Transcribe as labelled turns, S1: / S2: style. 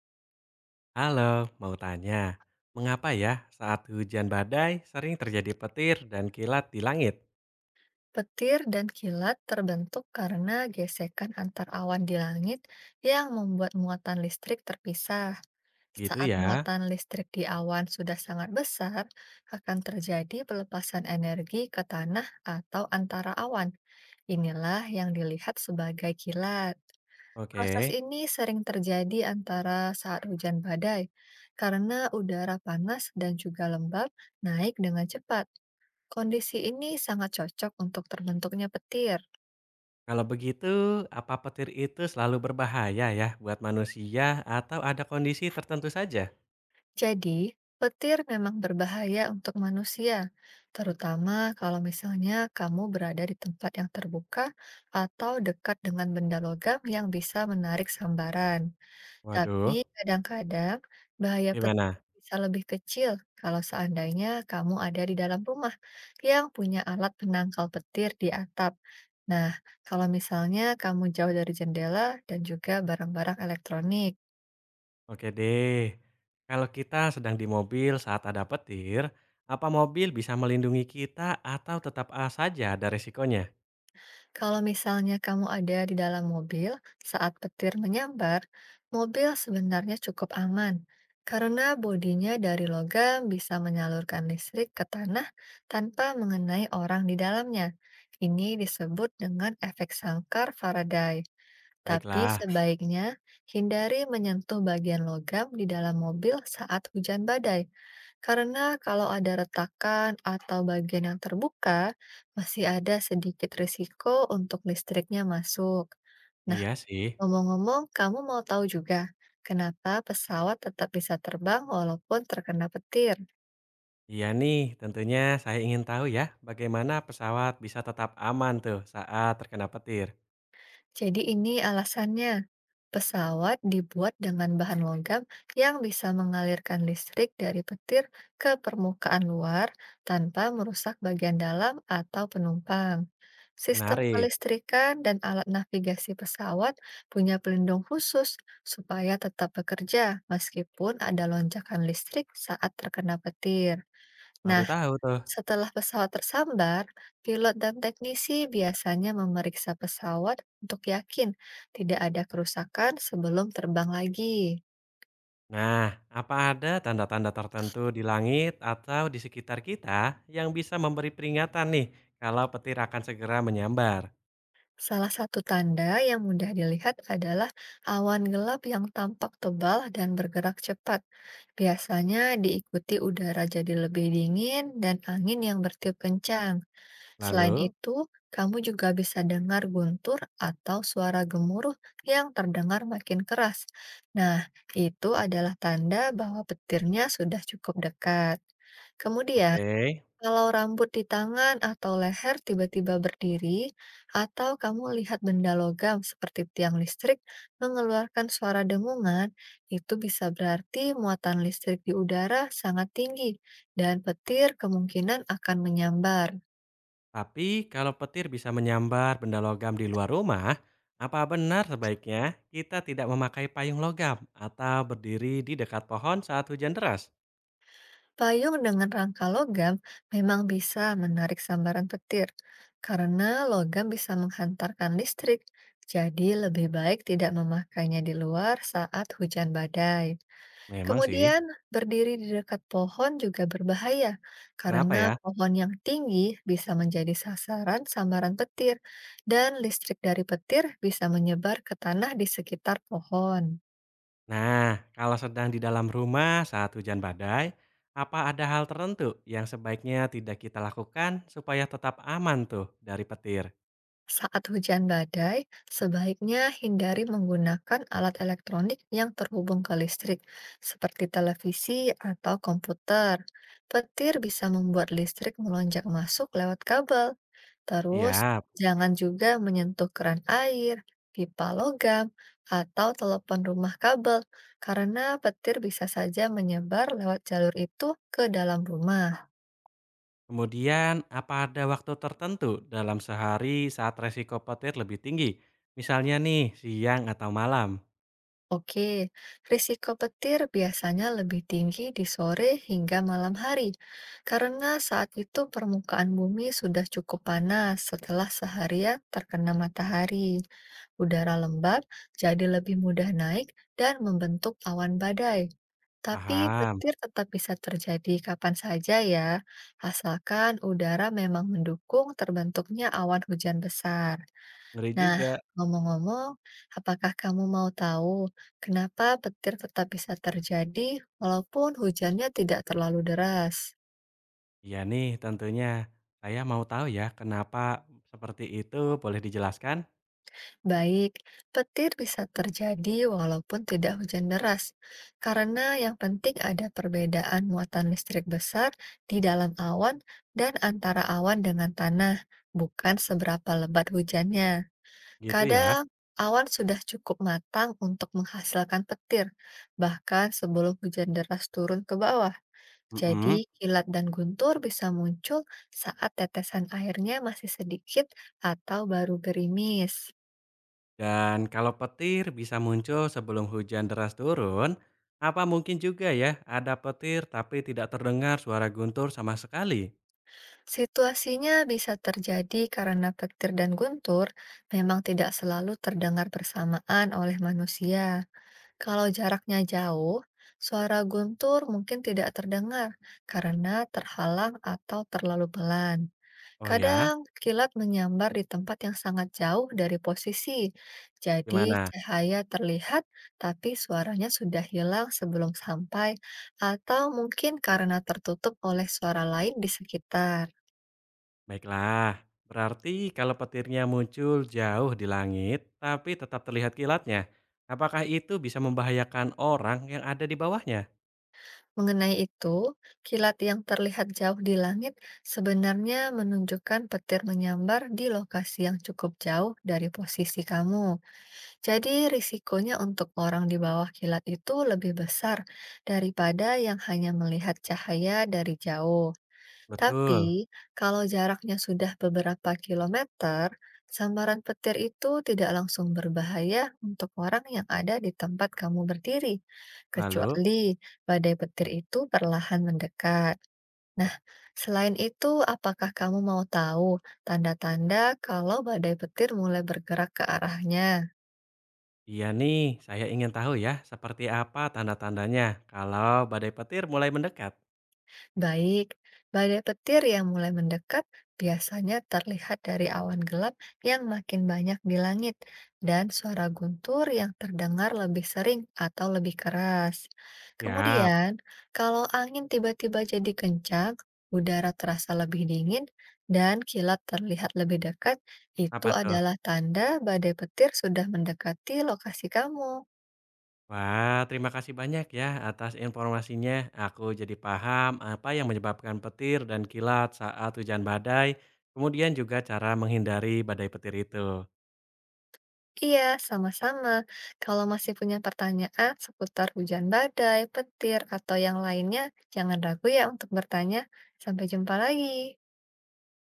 S1: Halo, mau tanya, mengapa ya saat hujan badai sering terjadi petir dan kilat di langit?
S2: Petir dan kilat terbentuk karena gesekan antar awan di langit yang membuat muatan listrik terpisah.
S1: Gitu
S2: Saat
S1: ya.
S2: muatan listrik di awan sudah sangat besar, akan terjadi pelepasan energi ke tanah atau antara awan. Inilah yang dilihat sebagai kilat. Proses
S1: Oke,
S2: ini sering terjadi antara saat hujan badai, karena udara panas dan juga lembab naik dengan cepat. Kondisi ini sangat cocok untuk terbentuknya petir.
S1: kalau begitu, apa petir itu selalu berbahaya ya buat manusia atau ada kondisi tertentu saja?
S2: Jadi, petir memang berbahaya untuk manusia, terutama kalau misalnya kamu berada di tempat yang terbuka atau dekat dengan benda logam yang bisa menarik sambaran. Tapi
S1: Waduh,
S2: kadang-kadang bahaya petir
S1: gimana?
S2: bisa lebih kecil kalau seandainya kamu ada di dalam rumah yang punya alat penangkal petir di atap. Nah, kalau misalnya kamu jauh dari jendela dan juga barang-barang elektronik.
S1: Oke deh, kalau kita sedang di mobil saat ada petir, apa mobil bisa melindungi kita atau tetap A saja ada resikonya?
S2: Kalau misalnya kamu ada di dalam mobil saat petir menyambar, mobil sebenarnya cukup aman karena bodinya dari logam bisa menyalurkan listrik ke tanah tanpa mengenai orang di dalamnya. Ini disebut dengan efek sangkar Faraday. Tapi
S1: Baiklah,
S2: sebaiknya hindari menyentuh bagian logam di dalam mobil saat hujan badai, karena kalau ada retakan atau bagian yang terbuka, masih ada sedikit risiko untuk listriknya masuk. Nah,
S1: iya sih.
S2: ngomong-ngomong, kamu mau tahu juga kenapa pesawat tetap bisa terbang walaupun terkena petir?
S1: Iya nih, tentunya saya ingin tahu ya, bagaimana pesawat bisa tetap aman tuh saat terkena petir.
S2: Jadi ini alasannya. Pesawat dibuat dengan bahan logam yang bisa mengalirkan listrik dari petir ke permukaan luar tanpa merusak bagian dalam atau penumpang. Sistem
S1: Menarik,
S2: kelistrikan dan alat navigasi pesawat punya pelindung khusus supaya tetap bekerja meskipun ada lonjakan listrik saat terkena petir.
S1: baru
S2: Nah,
S1: tahu tuh.
S2: setelah pesawat tersambar, pilot dan teknisi biasanya memeriksa pesawat untuk yakin tidak ada kerusakan sebelum terbang lagi.
S1: Nah, apa ada tanda-tanda tertentu di langit atau di sekitar kita yang bisa memberi peringatan nih kalau petir akan segera menyambar?
S2: Salah satu tanda yang mudah dilihat adalah awan gelap yang tampak tebal dan bergerak cepat. Biasanya diikuti udara jadi lebih dingin dan angin yang bertiup kencang. Selain
S1: Lalu,
S2: itu, kamu juga bisa dengar guntur atau suara gemuruh yang terdengar makin keras. Nah, itu adalah tanda bahwa petirnya sudah cukup dekat. Kemudian,
S1: oke,
S2: kalau rambut di tangan atau leher tiba-tiba berdiri, atau kamu lihat benda logam seperti tiang listrik mengeluarkan suara dengungan, itu bisa berarti muatan listrik di udara sangat tinggi dan petir kemungkinan akan menyambar.
S1: tapi kalau petir bisa menyambar benda logam di luar rumah, apa benar sebaiknya kita tidak memakai payung logam atau berdiri di dekat pohon saat hujan deras?
S2: Payung dengan rangka logam memang bisa menarik sambaran petir, karena logam bisa menghantarkan listrik, jadi lebih baik tidak memakainya di luar saat hujan badai.
S1: Memang sih.
S2: Kemudian, berdiri di dekat pohon juga berbahaya,
S1: Kenapa
S2: karena
S1: ya?
S2: pohon yang tinggi bisa menjadi sasaran sambaran petir, dan listrik dari petir bisa menyebar ke tanah di sekitar pohon.
S1: Nah, kalau sedang di dalam rumah saat hujan badai, apa ada hal tertentu yang sebaiknya tidak kita lakukan supaya tetap aman tuh dari petir?
S2: Saat hujan badai, sebaiknya hindari menggunakan alat elektronik yang terhubung ke listrik, seperti televisi atau komputer. Petir bisa membuat listrik melonjak masuk lewat kabel. Terus,
S1: Siap.
S2: jangan juga menyentuh keran air, pipa logam, atau telepon rumah kabel, karena petir bisa saja menyebar lewat jalur itu ke dalam rumah.
S1: Kemudian, apa ada waktu tertentu dalam sehari saat resiko petir lebih tinggi? Misalnya nih, siang atau malam.
S2: Oke, risiko petir biasanya lebih tinggi di sore hingga malam hari, karena saat itu permukaan bumi sudah cukup panas setelah seharian terkena matahari. Udara lembab jadi lebih mudah naik dan membentuk awan badai. Tapi
S1: Paham,
S2: petir tetap bisa terjadi kapan saja ya, asalkan udara memang mendukung terbentuknya awan hujan besar.
S1: ngeri
S2: Nah,
S1: juga.
S2: ngomong-ngomong, apakah kamu mau tahu kenapa petir tetap bisa terjadi walaupun hujannya tidak terlalu deras?
S1: Iya nih, tentunya. Saya mau tahu ya kenapa seperti itu, boleh dijelaskan?
S2: Baik, petir bisa terjadi walaupun tidak hujan deras, karena yang penting ada perbedaan muatan listrik besar di dalam awan dan antara awan dengan tanah, bukan seberapa lebat hujannya.
S1: Gitu ya.
S2: Kadang awan sudah cukup matang untuk menghasilkan petir, bahkan sebelum hujan deras turun ke bawah.
S1: Mm.
S2: Jadi, kilat dan guntur bisa muncul saat tetesan airnya masih sedikit atau baru gerimis.
S1: Dan kalau petir bisa muncul sebelum hujan deras turun, apa mungkin juga ya ada petir tapi tidak terdengar suara guntur sama sekali?
S2: Situasinya bisa terjadi karena petir dan guntur memang tidak selalu terdengar bersamaan oleh manusia. Kalau jaraknya jauh, suara guntur mungkin tidak terdengar karena terhalang atau terlalu pelan.
S1: Oh ya,
S2: Kadang kilat menyambar di tempat yang sangat jauh dari posisi, jadi
S1: gimana?
S2: cahaya terlihat tapi suaranya sudah hilang sebelum sampai, atau mungkin karena tertutup oleh suara lain di sekitar.
S1: Baiklah, berarti kalau petirnya muncul jauh di langit tapi tetap terlihat kilatnya, apakah itu bisa membahayakan orang yang ada di bawahnya?
S2: Mengenai itu, kilat yang terlihat jauh di langit sebenarnya menunjukkan petir menyambar di lokasi yang cukup jauh dari posisi kamu. Jadi, risikonya untuk orang di bawah kilat itu lebih besar daripada yang hanya melihat cahaya dari jauh.
S1: Betul.
S2: Tapi, kalau jaraknya sudah beberapa kilometer, sambaran petir itu tidak langsung berbahaya untuk orang yang ada di tempat kamu berdiri,
S1: Lalu,
S2: kecuali badai petir itu perlahan mendekat. Nah, selain itu, apakah kamu mau tahu tanda-tanda kalau badai petir mulai bergerak ke arahnya?
S1: iya nih, saya ingin tahu ya seperti apa tanda-tandanya kalau badai petir mulai mendekat.
S2: Baik, badai petir yang mulai mendekat biasanya terlihat dari awan gelap yang makin banyak di langit dan suara guntur yang terdengar lebih sering atau lebih keras.
S1: Ya,
S2: Kemudian, kalau angin tiba-tiba jadi kencang, udara terasa lebih dingin, dan kilat terlihat lebih dekat, itu
S1: apa tuh?
S2: adalah tanda badai petir sudah mendekati lokasi kamu.
S1: Wah, terima kasih banyak ya atas informasinya. Aku jadi paham apa yang menyebabkan petir dan kilat saat hujan badai, kemudian juga cara menghindari badai petir itu.
S2: Iya, sama-sama. Kalau masih punya pertanyaan seputar hujan badai, petir, atau yang lainnya, jangan ragu ya untuk bertanya. Sampai jumpa lagi.